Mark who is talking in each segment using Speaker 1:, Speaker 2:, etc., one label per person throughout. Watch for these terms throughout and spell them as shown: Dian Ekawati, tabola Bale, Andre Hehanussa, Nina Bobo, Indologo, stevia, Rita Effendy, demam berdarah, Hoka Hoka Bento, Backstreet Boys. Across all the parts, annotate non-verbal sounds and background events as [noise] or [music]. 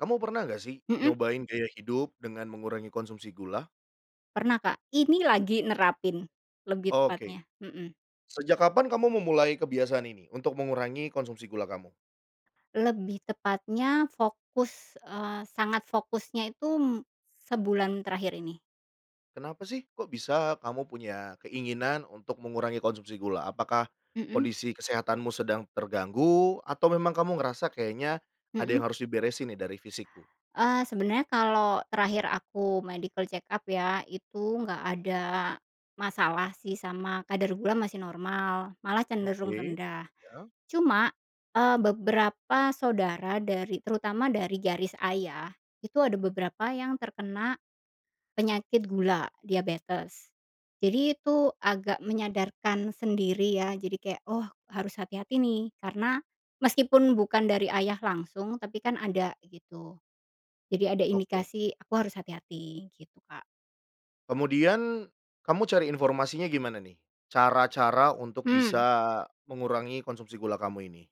Speaker 1: Kamu pernah nggak sih
Speaker 2: Mhm,
Speaker 1: nyobain gaya hidup dengan mengurangi konsumsi gula?
Speaker 2: pernah Kak, ini lagi nerapin, lebih
Speaker 1: Oke,
Speaker 2: tepatnya, mhm.
Speaker 1: sejak kapan kamu memulai kebiasaan ini untuk mengurangi konsumsi gula kamu?
Speaker 2: Lebih tepatnya fokus, sangat fokusnya itu sebulan terakhir ini,
Speaker 1: Kenapa sih kok bisa kamu punya keinginan untuk mengurangi konsumsi gula? Apakah
Speaker 2: mhm
Speaker 1: kondisi kesehatanmu sedang terganggu atau memang kamu ngerasa kayaknya ada
Speaker 2: mhm.
Speaker 1: yang harus diberesin nih dari fisikku?
Speaker 2: Sebenarnya kalau terakhir aku medical check up ya, itu nggak ada masalah sih sama kadar gula masih normal, malah cenderung
Speaker 1: Oke,
Speaker 2: rendah.
Speaker 1: ya,
Speaker 2: Cuma, beberapa saudara dari terutama dari garis ayah, itu ada beberapa yang terkena penyakit gula, diabetes. Jadi itu agak menyadarkan sendiri ya, jadi kayak, "Oh, harus hati-hati nih," karena meskipun bukan dari ayah langsung, tapi kan ada gitu. Jadi ada
Speaker 1: oke.
Speaker 2: indikasi, "Aku harus hati-hati," gitu, Kak.
Speaker 1: Kemudian kamu cari informasinya gimana nih? Cara-cara untuk
Speaker 2: Hmm,
Speaker 1: bisa mengurangi konsumsi gula kamu ini?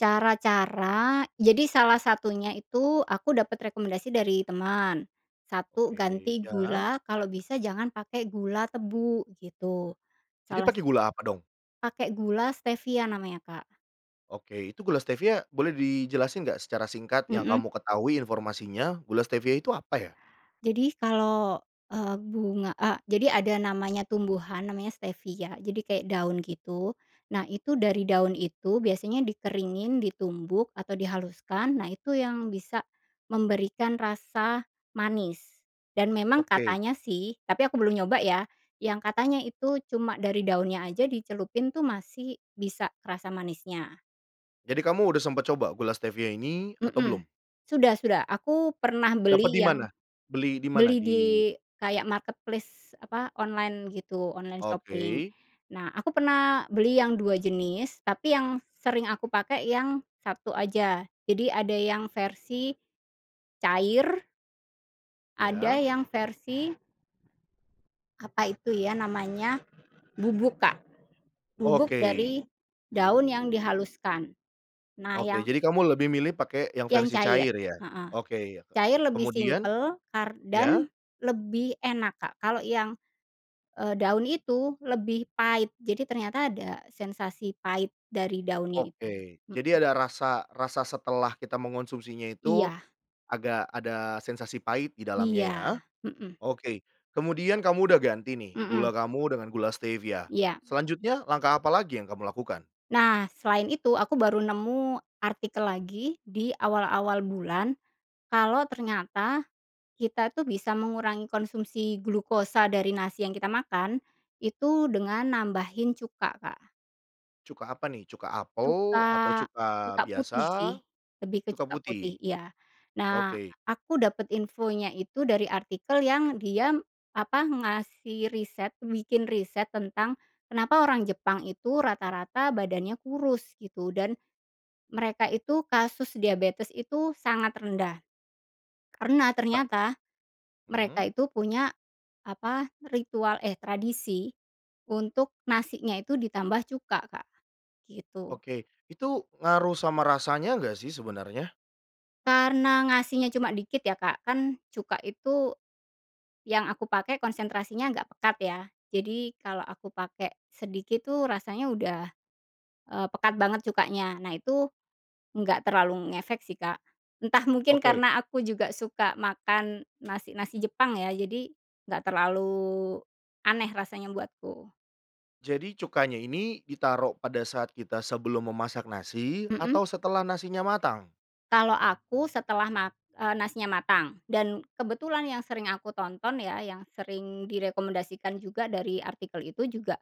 Speaker 2: Cara-cara jadi salah satunya itu aku dapat rekomendasi dari teman. Satu
Speaker 1: Oke,
Speaker 2: ganti
Speaker 1: ya.
Speaker 2: gula, kalau bisa jangan pakai gula tebu gitu.
Speaker 1: Jadi
Speaker 2: Salah
Speaker 1: pakai gula apa dong?
Speaker 2: Pakai gula stevia namanya, Kak.
Speaker 1: Oke, itu gula stevia boleh dijelasin nggak secara singkat yang
Speaker 2: Mhm.
Speaker 1: kamu ketahui informasinya, gula stevia itu apa ya?
Speaker 2: Jadi kalau, bunga jadi ada namanya tumbuhan namanya stevia, jadi kayak daun gitu. Nah itu dari daun itu biasanya dikeringin, ditumbuk, atau dihaluskan, nah itu yang bisa memberikan rasa manis. Dan memang
Speaker 1: Oke,
Speaker 2: katanya sih, tapi aku belum nyoba ya, yang katanya itu cuma dari daunnya aja dicelupin tuh masih bisa kerasa manisnya.
Speaker 1: jadi kamu udah sempat coba gula stevia ini atau belum?
Speaker 2: Mhm. Sudah, aku pernah
Speaker 1: Dapat di
Speaker 2: beli
Speaker 1: mana?
Speaker 2: yang
Speaker 1: Beli di mana?
Speaker 2: beli
Speaker 1: Di
Speaker 2: di kayak marketplace, apa, online gitu, online
Speaker 1: oke,
Speaker 2: shopping. Nah, aku pernah beli yang 2 jenis, tapi yang sering aku pakai yang satu aja. Jadi ada yang versi cair, ada
Speaker 1: ya.
Speaker 2: yang versi, apa itu ya namanya, bubuk, Kak. Bubuk
Speaker 1: Oke
Speaker 2: dari daun yang dihaluskan. Nah,
Speaker 1: oke,
Speaker 2: yang
Speaker 1: jadi kamu lebih milih pakai yang
Speaker 2: yang
Speaker 1: versi
Speaker 2: cair,
Speaker 1: cair ya?
Speaker 2: heeh.
Speaker 1: Oke,
Speaker 2: Cair lebih
Speaker 1: kemudian
Speaker 2: simpel
Speaker 1: ya?
Speaker 2: dan lebih enak, Kak. Kalau yang daun itu lebih pahit. Jadi ternyata ada sensasi pahit dari daunnya itu.
Speaker 1: Oke,
Speaker 2: M
Speaker 1: jadi ada rasa rasa setelah kita mengonsumsinya itu
Speaker 2: iya
Speaker 1: agak ada sensasi pahit di dalamnya
Speaker 2: iya,
Speaker 1: ya?
Speaker 2: mhm
Speaker 1: Oke, kemudian kamu udah ganti nih
Speaker 2: mhm,
Speaker 1: gula kamu dengan gula stevia.
Speaker 2: iya.
Speaker 1: Selanjutnya langkah apa lagi yang kamu lakukan?
Speaker 2: Nah, selain itu aku baru nemu artikel lagi di awal-awal bulan, kalau ternyata kita tuh bisa mengurangi konsumsi glukosa dari nasi yang kita makan, itu dengan nambahin cuka, Kak.
Speaker 1: Cuka apa nih? Cuka apel atau
Speaker 2: Cuka
Speaker 1: cuka
Speaker 2: cuka
Speaker 1: biasa?
Speaker 2: putih sih, lebih ke
Speaker 1: Cuka
Speaker 2: cuka putih,
Speaker 1: putih?
Speaker 2: iya. Nah,
Speaker 1: Oke,
Speaker 2: aku dapat infonya itu dari artikel yang dia, apa, ngasih riset, bikin riset tentang kenapa orang Jepang itu rata-rata badannya kurus gitu dan mereka itu kasus diabetes itu sangat rendah. Karena
Speaker 1: ta
Speaker 2: ternyata
Speaker 1: mhm,
Speaker 2: mereka itu punya, apa, ritual eh, tradisi untuk nasinya itu ditambah cuka, Kak, gitu.
Speaker 1: oke. Itu ngaruh sama rasanya nggak sih sebenarnya?
Speaker 2: Karena ngasihnya cuma dikit ya, Kak, kan cuka itu yang aku pakai konsentrasinya nggak pekat ya. Jadi kalau aku pakai sedikit tuh rasanya udah, pekat banget cukanya. Nah itu nggak terlalu ngefek sih, Kak. Entah mungkin
Speaker 1: Oke,
Speaker 2: karena aku juga suka makan nasi nasi Jepang ya, jadi nggak terlalu aneh rasanya buatku.
Speaker 1: jadi cukanya ini ditaruh pada saat kita sebelum memasak nasi
Speaker 2: Mhm.
Speaker 1: atau setelah nasinya matang?
Speaker 2: Kalau aku setelah nasinya matang dan kebetulan yang sering aku tonton ya, yang sering direkomendasikan juga dari artikel itu juga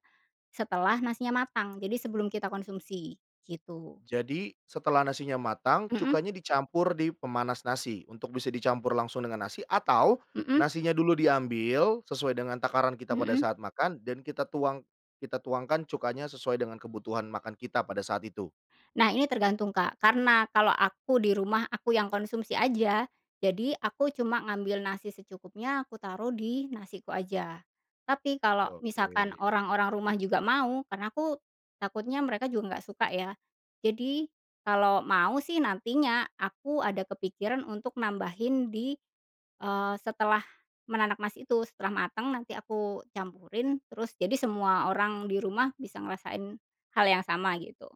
Speaker 2: setelah nasinya matang, jadi sebelum kita konsumsi gitu.
Speaker 1: Jadi setelah nasinya matang,
Speaker 2: Mhm
Speaker 1: cukanya dicampur di pemanas nasi untuk bisa dicampur langsung dengan nasi atau
Speaker 2: mhm
Speaker 1: nasinya dulu diambil sesuai dengan takaran kita pada
Speaker 2: mhm.
Speaker 1: saat makan dan kita tuangkan cukanya sesuai dengan kebutuhan makan kita pada saat itu.
Speaker 2: Nah ini tergantung Kak, karena kalau aku di rumah aku yang konsumsi aja, jadi aku cuma ngambil nasi secukupnya aku taruh di nasiku aja. Tapi kalau misalkan
Speaker 1: Oke.
Speaker 2: orang-orang rumah juga mau, karena aku takutnya mereka juga nggak suka ya. Jadi kalau mau sih nantinya aku ada kepikiran untuk nambahin di, setelah menanak nasi itu, setelah matang nanti aku campurin terus jadi semua orang di rumah bisa ngerasain hal yang sama gitu.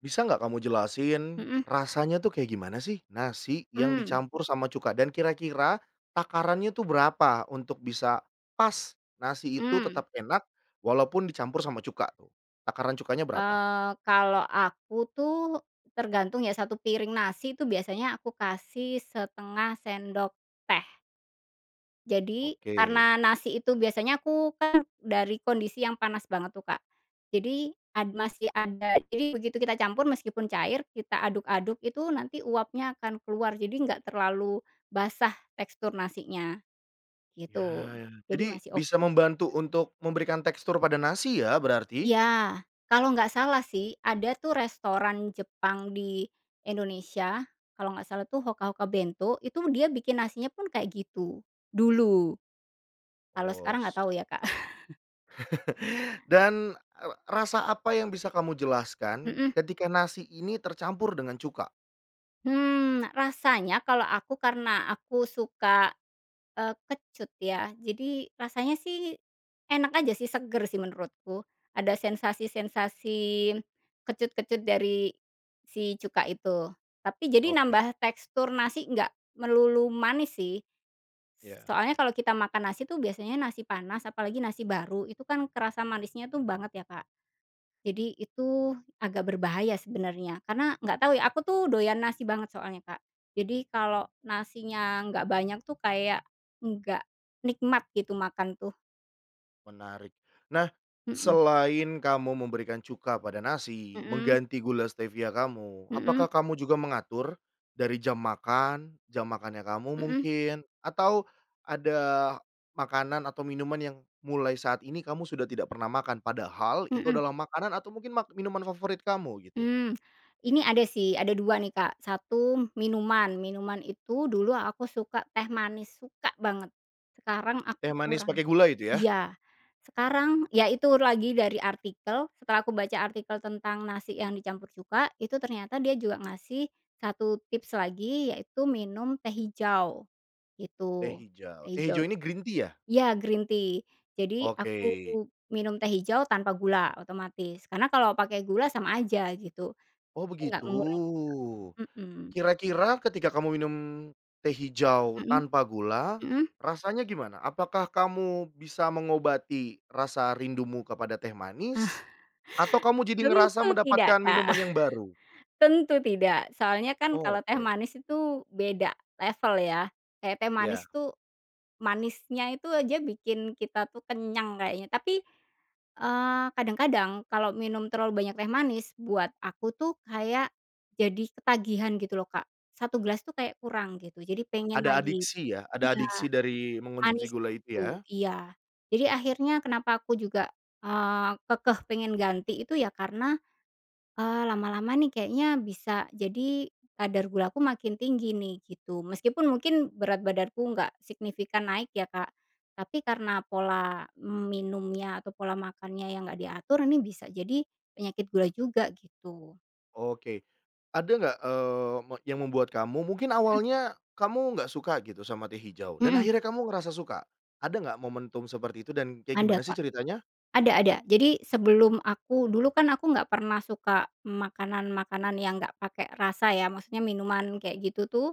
Speaker 1: Bisa nggak kamu jelasin
Speaker 2: Mhm.
Speaker 1: rasanya tuh kayak gimana sih nasi yang
Speaker 2: Mmm.
Speaker 1: dicampur sama cuka dan kira-kira takarannya tuh berapa untuk bisa pas nasi itu
Speaker 2: Mmm.
Speaker 1: tetap enak walaupun dicampur sama cuka tuh? Takaran cukanya berapa?
Speaker 2: Kalau aku tuh tergantung ya, satu piring nasi itu biasanya aku kasih setengah sendok teh. Jadi
Speaker 1: Oke.
Speaker 2: karena nasi itu biasanya aku kan dari kondisi yang panas banget tuh, Kak. Jadi masih ada jadi begitu kita campur meskipun cair, kita aduk-aduk itu nanti uapnya akan keluar, jadi nggak terlalu basah tekstur nasinya,
Speaker 1: Ya,
Speaker 2: gitu.
Speaker 1: ya.
Speaker 2: Jadi
Speaker 1: Jadi
Speaker 2: masih
Speaker 1: bisa
Speaker 2: oke.
Speaker 1: membantu untuk memberikan tekstur pada nasi ya berarti?
Speaker 2: Iya, kalau nggak salah sih ada tuh restoran Jepang di Indonesia, kalau nggak salah tuh Hoka Hoka Bento, itu dia bikin nasinya pun kayak gitu, dulu. Kalau
Speaker 1: Oh,
Speaker 2: sekarang nggak
Speaker 1: s
Speaker 2: tahu ya, Kak. [laughs]
Speaker 1: Dan, rasa apa yang bisa kamu jelaskan
Speaker 2: Mhm,
Speaker 1: ketika nasi ini tercampur dengan cuka?
Speaker 2: Rasanya kalau aku karena aku suka kecut ya. Jadi rasanya sih enak aja sih, seger sih menurutku. Ada sensasi-sensasi kecut-kecut dari si cuka itu. Tapi jadi
Speaker 1: Oke,
Speaker 2: nambah tekstur nasi nggak melulu manis sih.
Speaker 1: ya.
Speaker 2: Soalnya kalau kita makan nasi tuh biasanya nasi panas, apalagi nasi baru, itu kan kerasa manisnya tuh banget ya, Kak. Jadi itu agak berbahaya sebenarnya, karena nggak tahu ya, aku tuh doyan nasi banget soalnya, Kak. Jadi kalau nasinya nggak banyak tuh kayak nggak nikmat gitu makan tuh.
Speaker 1: Menarik. Nah,
Speaker 2: Mhm,
Speaker 1: selain kamu memberikan cuka pada nasi,
Speaker 2: mhm,
Speaker 1: mengganti gula stevia kamu, apakah
Speaker 2: mhm,
Speaker 1: kamu juga mengatur dari jam makan, jam makannya kamu
Speaker 2: mhm,
Speaker 1: mungkin, atau ada makanan atau minuman yang mulai saat ini kamu sudah tidak pernah makan, padahal itu
Speaker 2: mhm,
Speaker 1: adalah makanan atau mungkin minuman favorit kamu gitu?
Speaker 2: mmm. Ini ada sih, ada 2 nih, Kak. Satu minuman itu dulu aku suka teh manis, suka banget. Sekarang
Speaker 1: Teh
Speaker 2: aku
Speaker 1: manis
Speaker 2: kurang.
Speaker 1: pakai gula itu ya?
Speaker 2: Iya, sekarang ya itu lagi dari artikel, setelah aku baca artikel tentang nasi yang dicampur cuka, itu ternyata dia juga ngasih satu tips lagi, yaitu minum teh hijau,
Speaker 1: Teh
Speaker 2: gitu. Teh
Speaker 1: hijau. Teh hijau
Speaker 2: hijau.
Speaker 1: ini green tea ya?
Speaker 2: Ya, green tea. Jadi aku
Speaker 1: Oke.
Speaker 2: minum teh hijau tanpa gula otomatis, karena kalau pakai gula sama aja gitu,
Speaker 1: Oh
Speaker 2: dia nggak
Speaker 1: begitu.
Speaker 2: mengurangi. Mhm,
Speaker 1: Kira-kira ketika kamu minum teh hijau
Speaker 2: mhm
Speaker 1: tanpa gula,
Speaker 2: mhm.
Speaker 1: rasanya gimana? Apakah kamu bisa mengobati rasa rindumu kepada teh
Speaker 2: Nah,
Speaker 1: manis? Atau kamu
Speaker 2: [laughs]
Speaker 1: jadi ngerasa
Speaker 2: tentu tidak,
Speaker 1: mendapatkan
Speaker 2: Kak.
Speaker 1: minuman yang baru?
Speaker 2: Tentu tidak, soalnya kan kalau teh
Speaker 1: Oke,
Speaker 2: manis itu beda level ya. Kayak teh
Speaker 1: ya.
Speaker 2: manis tuh, manisnya itu aja bikin kita tuh kenyang kayaknya. Tapi, eee, kadang-kadang kalau minum terlalu banyak teh manis, buat aku tuh kayak jadi ketagihan gitu loh, Kak. Satu gelas tuh kayak kurang gitu, jadi pengen
Speaker 1: Ada
Speaker 2: lagi.
Speaker 1: adiksi ya, ada
Speaker 2: Iya,
Speaker 1: adiksi dari mengonsumsi gula
Speaker 2: manisnya
Speaker 1: itu
Speaker 2: itu,
Speaker 1: ya?
Speaker 2: iya. Jadi akhirnya kenapa aku juga, kekeh pengen ganti itu ya karena lama-lama nih kayaknya bisa jadi kadar gulaku makin tinggi nih gitu. Meskipun mungkin berat badanku nggak signifikan naik ya, Kak, tapi karena pola minumnya atau pola makannya yang nggak diatur ini bisa jadi penyakit gula juga gitu.
Speaker 1: Oke. Ada nggak, yang membuat kamu mungkin awalnya kamu nggak suka gitu sama teh hijau dan
Speaker 2: Mhm.
Speaker 1: akhirnya kamu ngerasa suka? Ada nggak momentum seperti itu dan kayak gimana
Speaker 2: Ada,
Speaker 1: sih
Speaker 2: Kak,
Speaker 1: ceritanya?
Speaker 2: ada ada. Jadi sebelum aku dulu kan aku nggak pernah suka makanan-makanan yang nggak pakai rasa ya, maksudnya minuman kayak gitu tuh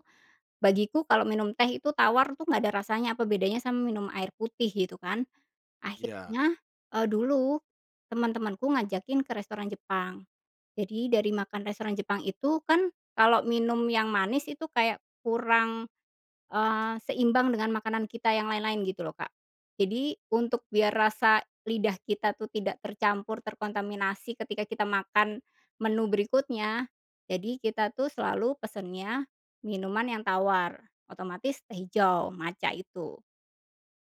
Speaker 2: bagiku kalau minum teh itu tawar tuh nggak ada rasanya, apa bedanya sama minum air putih gitu kan.
Speaker 1: Iya.
Speaker 2: Akhirnya, dulu teman-temanku ngajakin ke restoran Jepang. Jadi dari makan restoran Jepang itu kan kalau minum yang manis itu kayak kurang, seimbang dengan makanan kita yang lain-lain gitu loh, Kak. Jadi untuk biar rasa lidah kita tuh tidak tercampur, terkontaminasi ketika kita makan menu berikutnya, jadi kita tuh selalu pesennya minuman yang tawar, otomatis teh hijau, maca itu,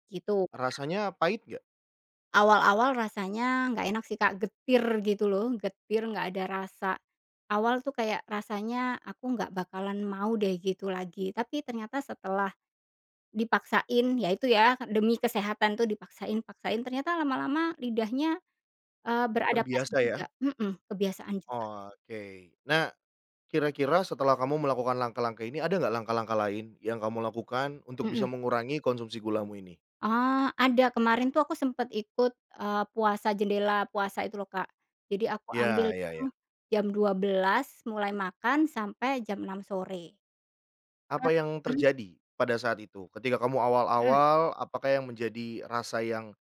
Speaker 2: gitu.
Speaker 1: Rasanya pahit nggak?
Speaker 2: Awal-awal rasanya nggak enak sih, Kak, getir gitu loh, getir, nggak ada rasa. Awal tuh kayak rasanya aku nggak bakalan mau deh gitu lagi, tapi ternyata setelah dipaksain, ya itu ya, demi kesehatan tuh dipaksain paksain, ternyata lama-lama lidahnya, beradaptasi
Speaker 1: Terbiasa ya?
Speaker 2: juga kebiasaan juga,
Speaker 1: Oke. Nah, kira-kira setelah kamu melakukan langkah-langkah ini, ada nggak langkah-langkah lain yang kamu lakukan untuk bisa
Speaker 2: mhm.
Speaker 1: mengurangi konsumsi gulamu ini?
Speaker 2: Oh, ada, kemarin tuh aku sempet ikut, puasa jendela puasa itu loh, Kak. Jadi aku
Speaker 1: Ya,
Speaker 2: ambil
Speaker 1: ya, ya.
Speaker 2: yang jam 12 mulai makan sampai jam 6 sore. Eee,
Speaker 1: Apa yang
Speaker 2: mhm
Speaker 1: terjadi pada saat itu? Ketika kamu
Speaker 2: mhm.
Speaker 1: awal-awal, apakah yang menjadi rasa yang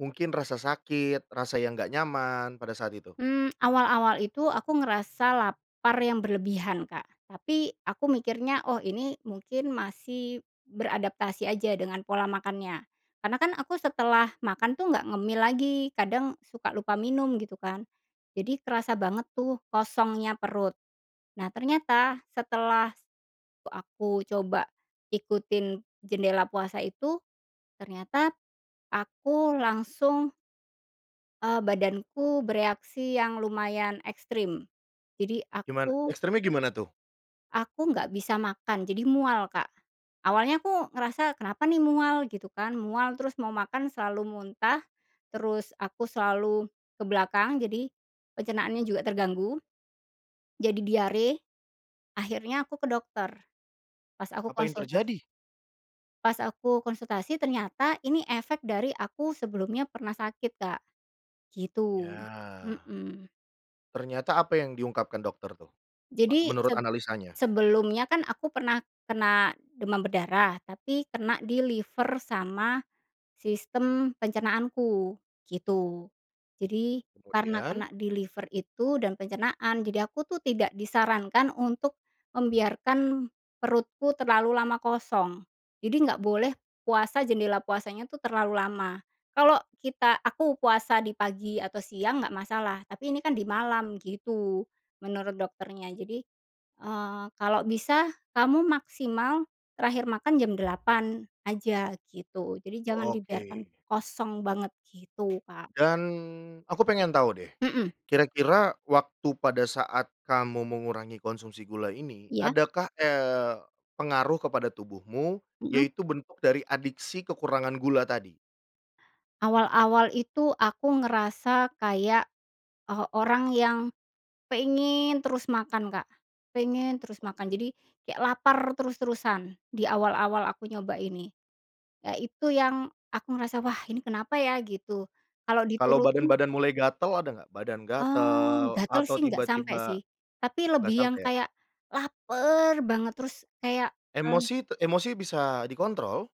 Speaker 1: mungkin rasa sakit, rasa yang nggak nyaman pada saat itu?
Speaker 2: Awal-awal itu aku ngerasa lapar yang berlebihan, Kak. Tapi aku mikirnya, "Oh, ini mungkin masih beradaptasi aja dengan pola makannya." Karena kan aku setelah makan tuh nggak ngemil lagi, kadang suka lupa minum gitu kan. Jadi kerasa banget tuh kosongnya perut. Nah, ternyata setelah aku coba ikutin jendela puasa itu, ternyata aku langsung badanku bereaksi yang lumayan ekstrim. Jadi
Speaker 1: Gimana
Speaker 2: aku
Speaker 1: ekstremnya tuh?
Speaker 2: aku nggak bisa makan, jadi mual, Kak. Awalnya aku ngerasa, "Kenapa nih mual?" Gitu kan, mual terus mau makan selalu muntah, terus aku selalu ke belakang, jadi pencernaannya juga terganggu, jadi diare, akhirnya aku ke dokter. Pas aku
Speaker 1: Apa yang
Speaker 2: konsultasi
Speaker 1: terjadi?
Speaker 2: pas aku konsultasi ternyata ini efek dari aku sebelumnya pernah sakit, Kak, gitu.
Speaker 1: Ya,
Speaker 2: Mhm.
Speaker 1: ternyata apa yang diungkapkan dokter tuh,
Speaker 2: Jadi
Speaker 1: menurut analisanya?
Speaker 2: sebelumnya kan aku pernah kena demam berdarah, tapi kena di liver sama sistem pencernaanku, gitu. Jadi karena
Speaker 1: Kemudian?
Speaker 2: kena di liver itu dan pencernaan, jadi aku tuh tidak disarankan untuk membiarkan perutku terlalu lama kosong. Jadi nggak boleh puasa, jendela puasanya tuh terlalu lama. Kalau aku puasa di pagi atau siang nggak masalah, tapi ini kan di malam gitu menurut dokternya. Jadi kalau bisa kamu maksimal terakhir makan jam 8 aja gitu. Jadi jangan dibiarkan
Speaker 1: Oke.
Speaker 2: kosong banget gitu, Kak.
Speaker 1: Dan aku pengen tahu deh,
Speaker 2: Mhm.
Speaker 1: kira-kira waktu pada saat kamu mengurangi konsumsi gula ini,
Speaker 2: Iya,
Speaker 1: adakah, pengaruh kepada tubuhmu,
Speaker 2: mhm.
Speaker 1: yaitu bentuk dari adiksi kekurangan gula tadi?
Speaker 2: Awal-awal itu aku ngerasa kayak, orang yang pengen terus makan, Kak, pengen terus makan.
Speaker 1: Oke.
Speaker 2: Jadi kayak lapar terus-terusan di awal-awal aku nyoba ini. Ya itu yang aku ngerasa, "Wah ini kenapa ya?" gitu. Kalau
Speaker 1: Kalau
Speaker 2: diturutin
Speaker 1: badan-badan mulai gatel, ada nggak? Badan gatel
Speaker 2: Gatel
Speaker 1: atau
Speaker 2: sih nggak sampai
Speaker 1: tiba-tiba
Speaker 2: sih, tapi
Speaker 1: nggak
Speaker 2: lebih yang
Speaker 1: sampai ya?
Speaker 2: kayak laper banget terus kayak, mmm,
Speaker 1: Emosi emosi bisa dikontrol?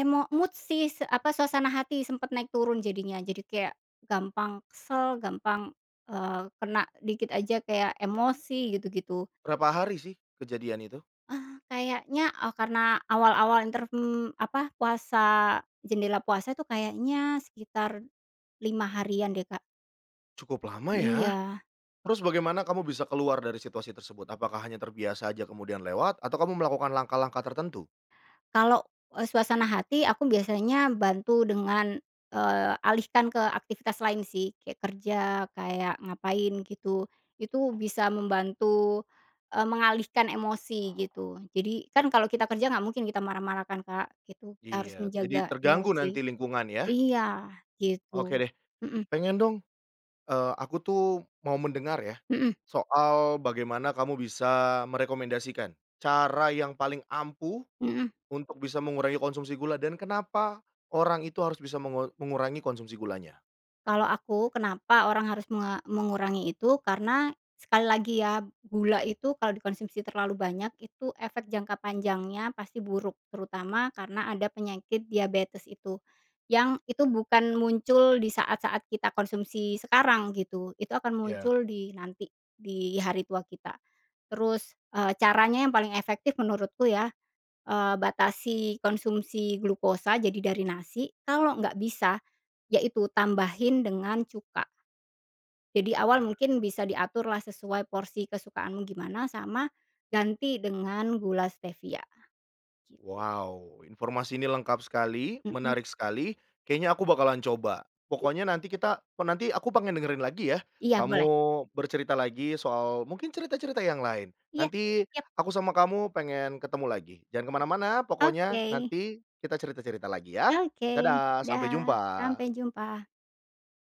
Speaker 2: mood sih apa, suasana hati sempet naik turun jadinya. Jadi kayak gampang kesel, gampang, kena dikit aja kayak emosi gitu-gitu.
Speaker 1: Berapa hari sih kejadian itu?
Speaker 2: Kayaknya, karena awal-awal apa, puasa jendela puasa itu kayaknya sekitar 5 harian deh, Kak.
Speaker 1: Cukup lama ya?
Speaker 2: Iya.
Speaker 1: Terus bagaimana kamu bisa keluar dari situasi tersebut? Apakah hanya terbiasa aja kemudian lewat, atau kamu melakukan langkah-langkah tertentu?
Speaker 2: Kalau, suasana hati aku biasanya bantu dengan, alihkan ke aktivitas lain sih, kayak kerja, kayak ngapain gitu. Itu bisa membantu, mengalihkan emosi gitu. Jadi kan kalau kita kerja nggak mungkin kita marah-marah kan, Kak, gitu. Kita harus
Speaker 1: Iya, jadi
Speaker 2: menjaga
Speaker 1: terganggu nanti
Speaker 2: emosi.
Speaker 1: lingkungan ya?
Speaker 2: Iya,
Speaker 1: Oke
Speaker 2: gitu.
Speaker 1: deh,
Speaker 2: Mhm
Speaker 1: pengen dong, aku tuh mau mendengar ya,
Speaker 2: mhm
Speaker 1: soal bagaimana kamu bisa merekomendasikan cara yang paling ampuh
Speaker 2: mhm.
Speaker 1: untuk bisa mengurangi konsumsi gula dan kenapa orang itu harus bisa mengurangi konsumsi gulanya?
Speaker 2: Kalau aku kenapa orang harus mengurangi itu, karena sekali lagi ya, gula itu kalau dikonsumsi terlalu banyak itu efek jangka panjangnya pasti buruk, terutama karena ada penyakit diabetes itu. Yang itu bukan muncul di saat-saat kita konsumsi sekarang gitu, itu akan
Speaker 1: Ya.
Speaker 2: muncul di nanti, di hari tua kita. Terus, caranya yang paling efektif menurutku ya, batasi konsumsi glukosa jadi dari nasi, kalau nggak bisa yaitu tambahin dengan cuka. Jadi awal
Speaker 1: Iya.
Speaker 2: mungkin bisa diaturlah sesuai porsi kesukaanmu gimana, sama ganti dengan gula stevia git
Speaker 1: Wow, informasi ini lengkap sekali,
Speaker 2: mhm,
Speaker 1: menarik sekali, kayaknya aku bakalan coba.
Speaker 2: i
Speaker 1: Pokoknya nanti kita oh, nanti aku pengen dengerin lagi ya,
Speaker 2: iya
Speaker 1: kamu
Speaker 2: boleh.
Speaker 1: bercerita lagi soal mungkin cerita-cerita yang lain.
Speaker 2: Iya,
Speaker 1: Nanti
Speaker 2: siap.
Speaker 1: aku sama kamu pengen ketemu lagi. Jangan kemana-mana, pokoknya
Speaker 2: Oke
Speaker 1: nanti kita cerita-cerita lagi ya.
Speaker 2: oke,
Speaker 1: Dadah, sampai
Speaker 2: dah, sampai
Speaker 1: jumpa.
Speaker 2: jumpa.